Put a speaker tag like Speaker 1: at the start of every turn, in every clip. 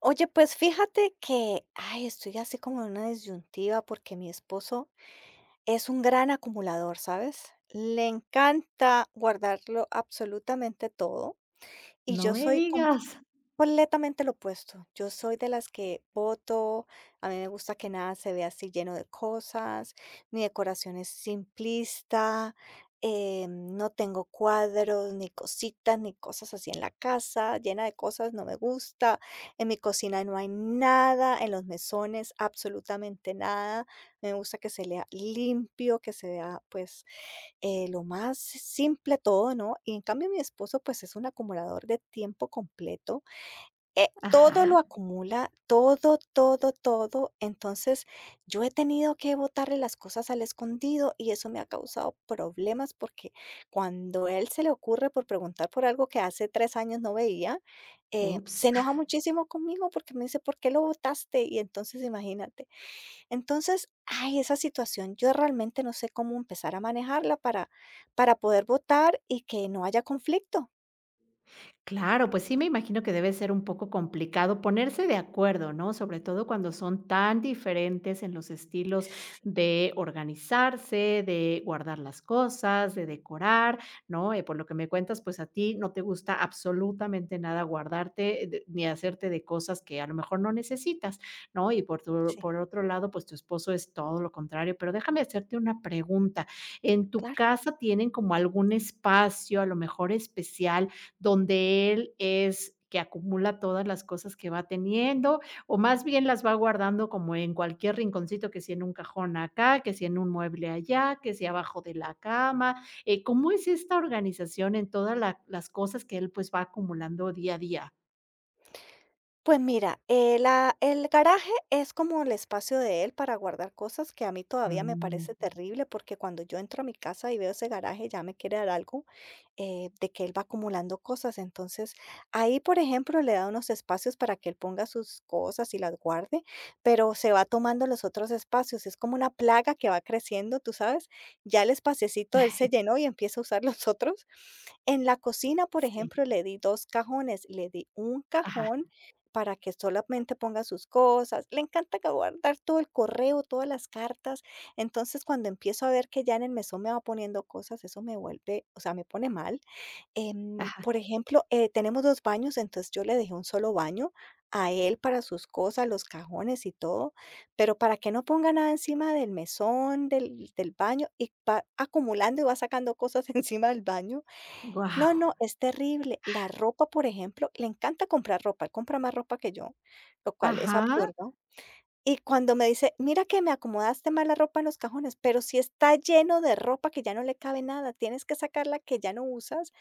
Speaker 1: Oye, pues fíjate que, ay, estoy así como en una disyuntiva porque mi esposo es un gran acumulador, ¿sabes? Le encanta guardarlo absolutamente todo y
Speaker 2: No
Speaker 1: yo
Speaker 2: me
Speaker 1: soy
Speaker 2: digas.
Speaker 1: completamente lo opuesto. Yo soy de las que voto, a mí me gusta que nada se vea así lleno de cosas, mi decoración es simplista, no tengo cuadros, ni cositas, ni cosas así en la casa, llena de cosas, no me gusta. En mi cocina no hay nada, en los mesones absolutamente nada. Me gusta que se lea limpio, que se vea pues lo más simple todo, ¿no? Y en cambio mi esposo pues es un acumulador de tiempo completo. Todo
Speaker 2: Ajá.
Speaker 1: lo acumula, todo, todo, todo. Entonces, yo he tenido que botarle las cosas al escondido y eso me ha causado problemas porque cuando él se le ocurre por preguntar por algo que hace tres años no veía,
Speaker 2: Ups.
Speaker 1: se enoja muchísimo conmigo porque me dice, ¿por qué lo botaste? Y entonces, imagínate. Entonces, ay, esa situación, yo realmente no sé cómo empezar a manejarla para poder votar y que no haya conflicto.
Speaker 2: Claro, pues sí me imagino que debe ser un poco complicado ponerse de acuerdo, ¿no? Sobre todo cuando son tan diferentes en los estilos
Speaker 1: Sí,
Speaker 2: de organizarse, de guardar las cosas, de decorar, ¿no? Por lo que me cuentas, pues a ti no te gusta absolutamente nada guardarte ni hacerte de cosas que a lo mejor no necesitas, ¿no?
Speaker 1: sí,
Speaker 2: Por otro lado, pues tu esposo es todo lo contrario, pero déjame hacerte una pregunta. ¿En tu
Speaker 1: claro.
Speaker 2: casa tienen como algún espacio, a lo mejor especial, donde él es que acumula todas las cosas que va teniendo, o más bien las va guardando como en cualquier rinconcito, que si en un cajón acá, que si en un mueble allá, que si abajo de la cama? ¿Cómo es esta organización en todas la las cosas que él, pues, va acumulando día a día?
Speaker 1: Pues mira, la el garaje es como el espacio de él para guardar cosas que a mí todavía me
Speaker 2: Mm.
Speaker 1: parece terrible, porque cuando yo entro a mi casa y veo ese garaje ya me quiere dar algo. De que él va acumulando cosas. Entonces, ahí, por ejemplo, le da unos espacios para que él ponga sus cosas y las guarde, pero se va tomando los otros espacios. Es como una plaga que va creciendo, tú sabes. Ya el espaciecito él se llenó y empieza a usar los otros. En la cocina, por
Speaker 2: Sí.
Speaker 1: ejemplo, le di un
Speaker 2: Ajá,
Speaker 1: cajón para que solamente ponga sus cosas. Le encanta guardar todo el correo, todas las cartas. Entonces, cuando empiezo a ver que ya en el mesón me va poniendo cosas, eso me vuelve, o sea, me pone mal.
Speaker 2: ajá.
Speaker 1: Por ejemplo, tenemos 2 baños, entonces yo le dejé un solo baño a él para sus cosas, los cajones y todo, pero para que no ponga nada encima del mesón, del baño, y va acumulando y va sacando cosas encima del baño. No,
Speaker 2: Guau.
Speaker 1: no, es terrible. La ropa, por ejemplo, le encanta comprar ropa, él compra más ropa que yo, lo cual es
Speaker 2: Ajá.
Speaker 1: absurdo. Y cuando me dice: "Mira que me acomodaste mal la ropa en los cajones, pero si está lleno de ropa que ya no le cabe nada, tienes que sacar la que ya no usas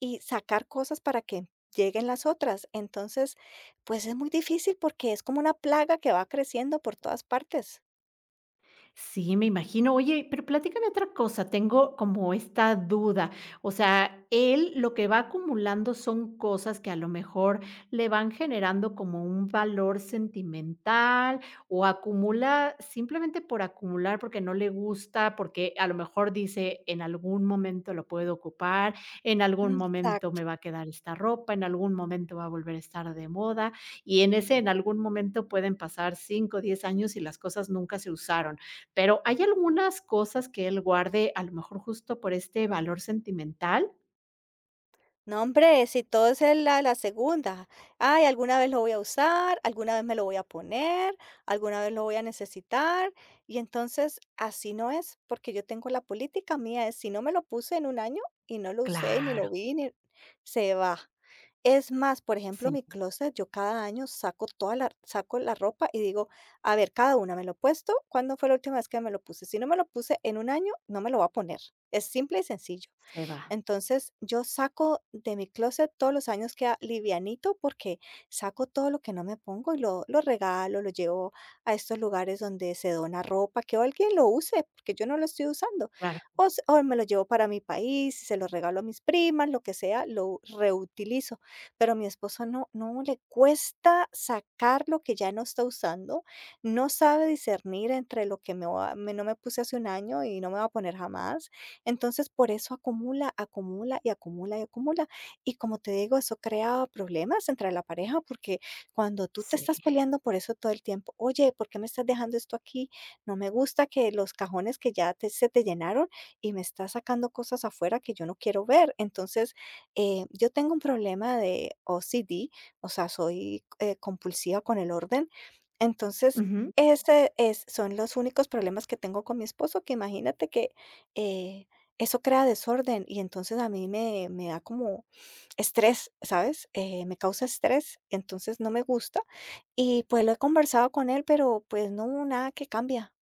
Speaker 1: y sacar cosas para que lleguen las otras". Entonces, pues, es muy difícil porque es como una plaga que va creciendo por todas partes.
Speaker 2: Sí, me imagino. Oye, pero platícame otra cosa, tengo como esta duda. O sea, él lo que va acumulando son cosas que a lo mejor le van generando como un valor sentimental, o acumula simplemente por acumular, porque no le gusta, porque a lo mejor dice, en algún momento lo puedo ocupar, en algún momento
Speaker 1: Exacto.
Speaker 2: me va a quedar esta ropa, en algún momento va a volver a estar de moda, y en ese en algún momento pueden pasar 5, o 10 años y las cosas nunca se usaron. Pero hay algunas cosas que él guarde, a lo mejor justo por este valor sentimental.
Speaker 1: No, hombre, si todo es en la segunda. Ay, alguna vez lo voy a usar, alguna vez me lo voy a poner, alguna vez lo voy a necesitar. Y entonces así no es, porque yo tengo la política mía, es si no me lo puse en un año y no lo usé, ni
Speaker 2: Claro,
Speaker 1: lo vi, ni se va. Es más, por ejemplo,
Speaker 2: sí,
Speaker 1: mi closet, yo cada año saco la ropa y digo, a ver, cada una me lo he puesto, ¿cuándo fue la última vez que me lo puse? Si no me lo puse en un año, no me lo voy a poner. Es simple y sencillo.
Speaker 2: se va,
Speaker 1: Entonces, yo saco de mi closet todos los años queda livianito porque saco todo lo que no me pongo y lo regalo, lo llevo a estos lugares donde se dona ropa, que alguien lo use, porque yo no lo estoy usando.
Speaker 2: claro,
Speaker 1: O, o me lo llevo para mi país, se lo regalo a mis primas, lo que sea, lo reutilizo. Pero a mi esposo no, no le cuesta sacar lo que ya no está usando, no sabe discernir entre lo que me, va- me- no me puse hace un año y no me va a poner jamás. Entonces, por eso acumula, acumula y acumula y acumula. Y como te digo, eso crea problemas entre la pareja porque cuando tú te estás
Speaker 2: sí.
Speaker 1: peleando por eso todo el tiempo, oye, ¿por qué me estás dejando esto aquí? No me gusta que los cajones que ya se te llenaron y me estás sacando cosas afuera que yo no quiero ver. Entonces, yo tengo un problema de OCD, o sea, soy compulsiva con el orden. Entonces,
Speaker 2: Ujú.
Speaker 1: son los únicos problemas que tengo con mi esposo, que imagínate que eh, eso crea desorden y entonces a mí me da como estrés, ¿sabes? Me causa estrés, entonces no me gusta y, pues, lo he conversado con él, pero, pues, no, hubo nada que cambia.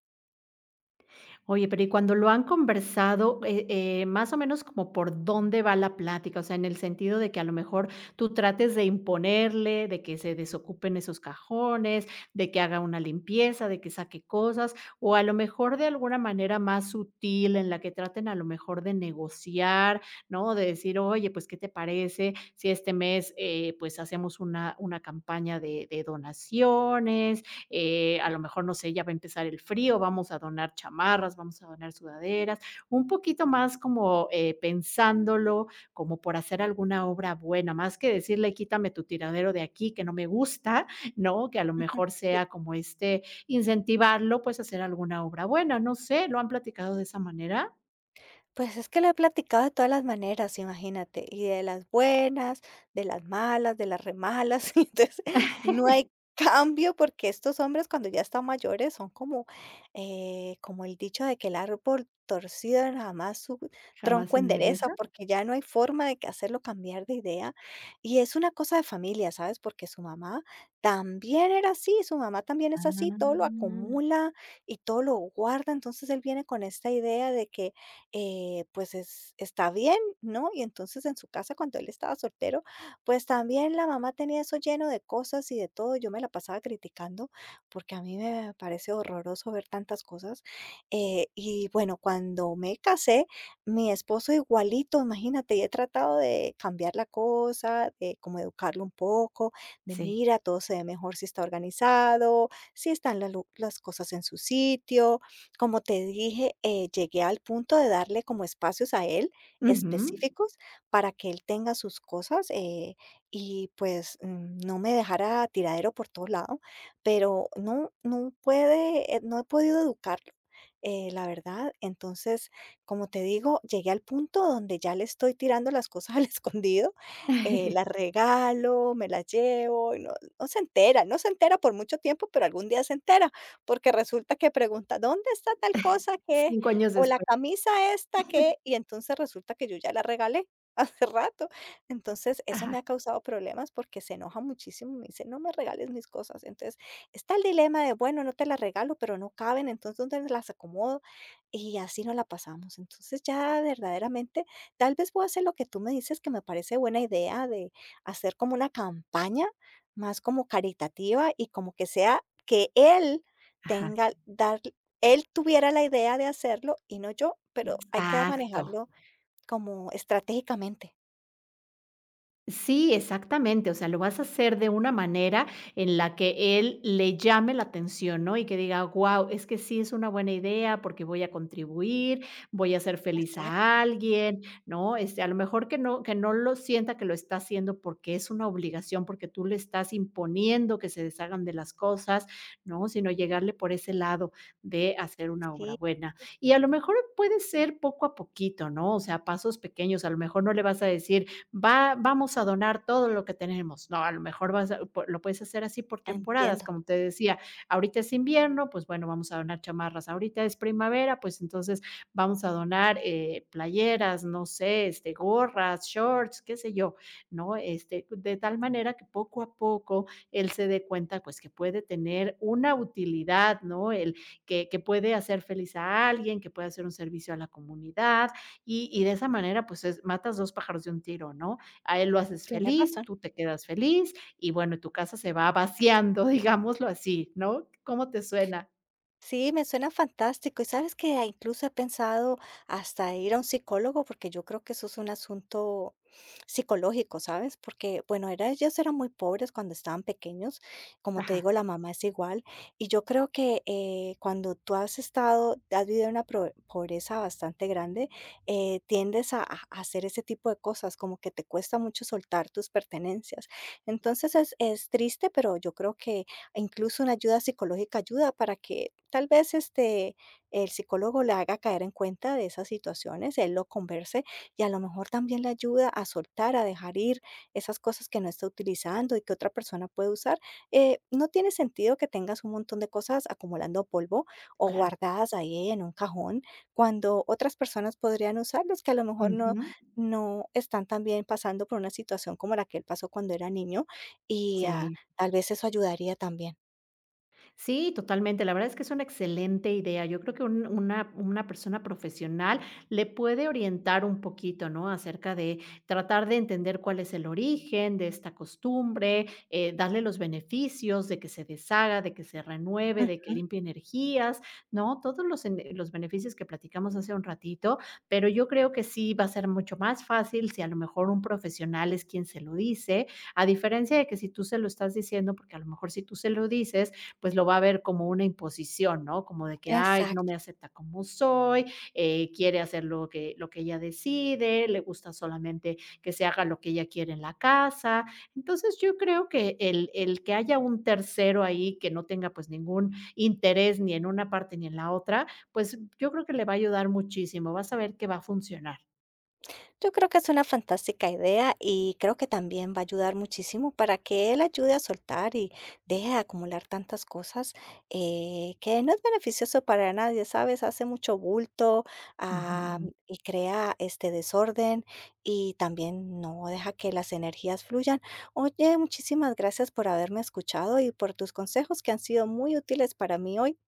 Speaker 2: Oye, pero y cuando lo han conversado, más o menos ¿como por dónde va la plática? O sea, en el sentido de que a lo mejor tú trates de imponerle, de que se desocupen esos cajones, de que haga una limpieza, de que saque cosas, o a lo mejor de alguna manera más sutil en la que traten a lo mejor de negociar, ¿no? De decir: "Oye, pues, ¿qué te parece si este mes, pues, hacemos una campaña de donaciones?" A lo mejor, no sé, ya va a empezar el frío, vamos a donar chamarras, vamos a donar sudaderas, un poquito más como pensándolo, como por hacer alguna obra buena, más que decirle, quítame tu tiradero de aquí que no me gusta, ¿no? Que a lo
Speaker 1: Ujú,
Speaker 2: mejor sea
Speaker 1: sí.
Speaker 2: como este, incentivarlo, pues hacer alguna obra buena, no sé. ¿Lo han platicado de esa manera?
Speaker 1: Pues es que lo he platicado de todas las maneras, imagínate, y de las buenas, de las malas, de las remalas. Y entonces no hay cambio porque estos hombres cuando ya están mayores son como, como el dicho de que el árbol torcido jamás su
Speaker 2: Jamás se
Speaker 1: tronco endereza,
Speaker 2: endereza.
Speaker 1: porque ya no hay forma de que hacerlo cambiar de idea. Y es una cosa de familia, ¿sabes? Porque su mamá también era así, su mamá también es
Speaker 2: Ah,
Speaker 1: así, todo lo acumula y todo lo guarda, entonces él viene con esta idea de que pues es está bien, ¿no? Y entonces en su casa cuando él estaba soltero, pues también la mamá tenía eso lleno de cosas y de todo, yo me la pasaba criticando porque a mí me parece horroroso ver tantas cosas, y bueno, cuando me casé, mi esposo igualito, imagínate, y he tratado de cambiar la cosa, de como educarlo un poco, de
Speaker 2: sí.
Speaker 1: mira, todo se ve mejor si está organizado, si están la lu las cosas en su sitio, como te dije, llegué al punto de darle como espacios a él
Speaker 2: Ujú.
Speaker 1: específicos para que él tenga sus cosas. Y pues no me dejara tiradero por todo lado, pero no, no puede, no he podido educarlo. La verdad, entonces, como te digo, llegué al punto donde ya le estoy tirando las cosas al escondido, las regalo, me las llevo, y no, no se entera, no se entera por mucho tiempo, pero algún día se entera porque resulta que pregunta: "¿Dónde está tal cosa que?",
Speaker 2: 5 años
Speaker 1: o la
Speaker 2: después.
Speaker 1: camisa esta que, y entonces resulta que yo ya la regalé hace rato. Entonces, eso
Speaker 2: Ajá,
Speaker 1: me ha causado problemas porque se enoja muchísimo, me dice: "No me regales mis cosas". Entonces, está el dilema de, bueno, no te las regalo, pero no caben, entonces, ¿dónde las acomodo? Y así no la pasamos. Entonces, ya verdaderamente, tal vez voy a hacer lo que tú me dices, que me parece buena idea de hacer como una campaña más como caritativa y como que sea que él
Speaker 2: ajá.
Speaker 1: tenga dar él tuviera la idea de hacerlo y no yo, pero hay que
Speaker 2: Exacto.
Speaker 1: manejarlo como estratégicamente.
Speaker 2: Sí, exactamente, o sea, lo vas a hacer de una manera en la que él le llame la atención, ¿no? Y que diga, guau, es que sí es una buena idea porque voy a contribuir, voy a hacer feliz
Speaker 1: Exacto,
Speaker 2: a alguien, ¿no? Este, a lo mejor que no lo sienta que lo está haciendo porque es una obligación, porque tú le estás imponiendo que se deshagan de las cosas, ¿no? Sino llegarle por ese lado de hacer una obra
Speaker 1: sí,
Speaker 2: buena. Y a lo mejor puede ser poco a poquito, ¿no? O sea, pasos pequeños, a lo mejor no le vas a decir, va, vamos a donar todo lo que tenemos. No, a lo mejor lo puedes hacer así por temporadas,
Speaker 1: entiendo,
Speaker 2: como te decía, ahorita es invierno, pues bueno, vamos a donar chamarras, ahorita es primavera, pues entonces vamos a donar playeras, no sé, este, gorras, shorts, qué sé yo, ¿no? Este, de tal manera que poco a poco él se dé cuenta, pues que puede tener una utilidad, ¿no? El Que puede hacer feliz a alguien, que puede hacer un servicio a la comunidad, y de esa manera, pues, es matas 2 pájaros de un tiro, ¿no? A él lo haces
Speaker 1: tienes
Speaker 2: feliz,
Speaker 1: razón.
Speaker 2: tú te quedas feliz y, bueno, tu casa se va vaciando, digámoslo así, ¿no? ¿Cómo te suena?
Speaker 1: Sí, me suena fantástico. Y sabes que ah, incluso he pensado hasta ir a un psicólogo, porque yo creo que eso es un asunto psicológico, ¿sabes? Porque, bueno, era, ellos eran muy pobres cuando estaban pequeños. Como te
Speaker 2: Ajá.
Speaker 1: digo, la mamá es igual. Y yo creo que cuando tú has estado, has vivido una pobreza bastante grande, tiendes a, a hacer ese tipo de cosas, como que te cuesta mucho soltar tus pertenencias. Entonces es triste, pero yo creo que incluso una ayuda psicológica ayuda para que tal vez, este, el psicólogo le haga caer en cuenta de esas situaciones, él lo converse y a lo mejor también le ayuda a soltar, a dejar ir esas cosas que no está utilizando y que otra persona puede usar. No tiene sentido que tengas un montón de cosas acumulando polvo o
Speaker 2: Claro.
Speaker 1: guardadas ahí en un cajón cuando otras personas podrían usarlos, que a lo mejor
Speaker 2: Ujú.
Speaker 1: no están también pasando por una situación como la que él pasó cuando era niño y, ah,
Speaker 2: Sí.
Speaker 1: tal vez eso ayudaría también.
Speaker 2: Sí, totalmente. La verdad es que es una excelente idea. Yo creo que una persona profesional le puede orientar un poquito, ¿no? Acerca de tratar de entender cuál es el origen de esta costumbre, darle los beneficios de que se deshaga, de que se renueve, de que
Speaker 1: Ujú,
Speaker 2: limpie energías, ¿no? Todos los beneficios que platicamos hace un ratito, pero yo creo que sí va a ser mucho más fácil si a lo mejor un profesional es quien se lo dice, a diferencia de que si tú se lo estás diciendo, porque a lo mejor si tú se lo dices, pues lo va a ver como una imposición, ¿no? Como de que, ay, no me
Speaker 1: exacto.
Speaker 2: acepta como soy, quiere hacer lo que ella decide, le gusta solamente que se haga lo que ella quiere en la casa. Entonces yo creo que el que haya un tercero ahí que no tenga pues ningún interés ni en una parte ni en la otra, pues yo creo que le va a ayudar muchísimo, vas a ver que va a funcionar.
Speaker 1: Yo creo que es una fantástica idea y creo que también va a ayudar muchísimo para que él ayude a soltar y deje de acumular tantas cosas, que no es beneficioso para nadie, ¿sabes? Hace mucho bulto, ah,
Speaker 2: Ujú.
Speaker 1: y crea este desorden y también no deja que las energías fluyan. Oye, muchísimas gracias por haberme escuchado y por tus consejos que han sido muy útiles para mí hoy.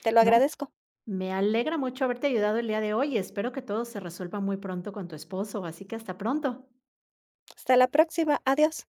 Speaker 1: Te lo
Speaker 2: No,
Speaker 1: agradezco.
Speaker 2: me alegra mucho haberte ayudado el día de hoy y espero que todo se resuelva muy pronto con tu esposo, así que hasta pronto.
Speaker 1: Hasta la próxima. Adiós.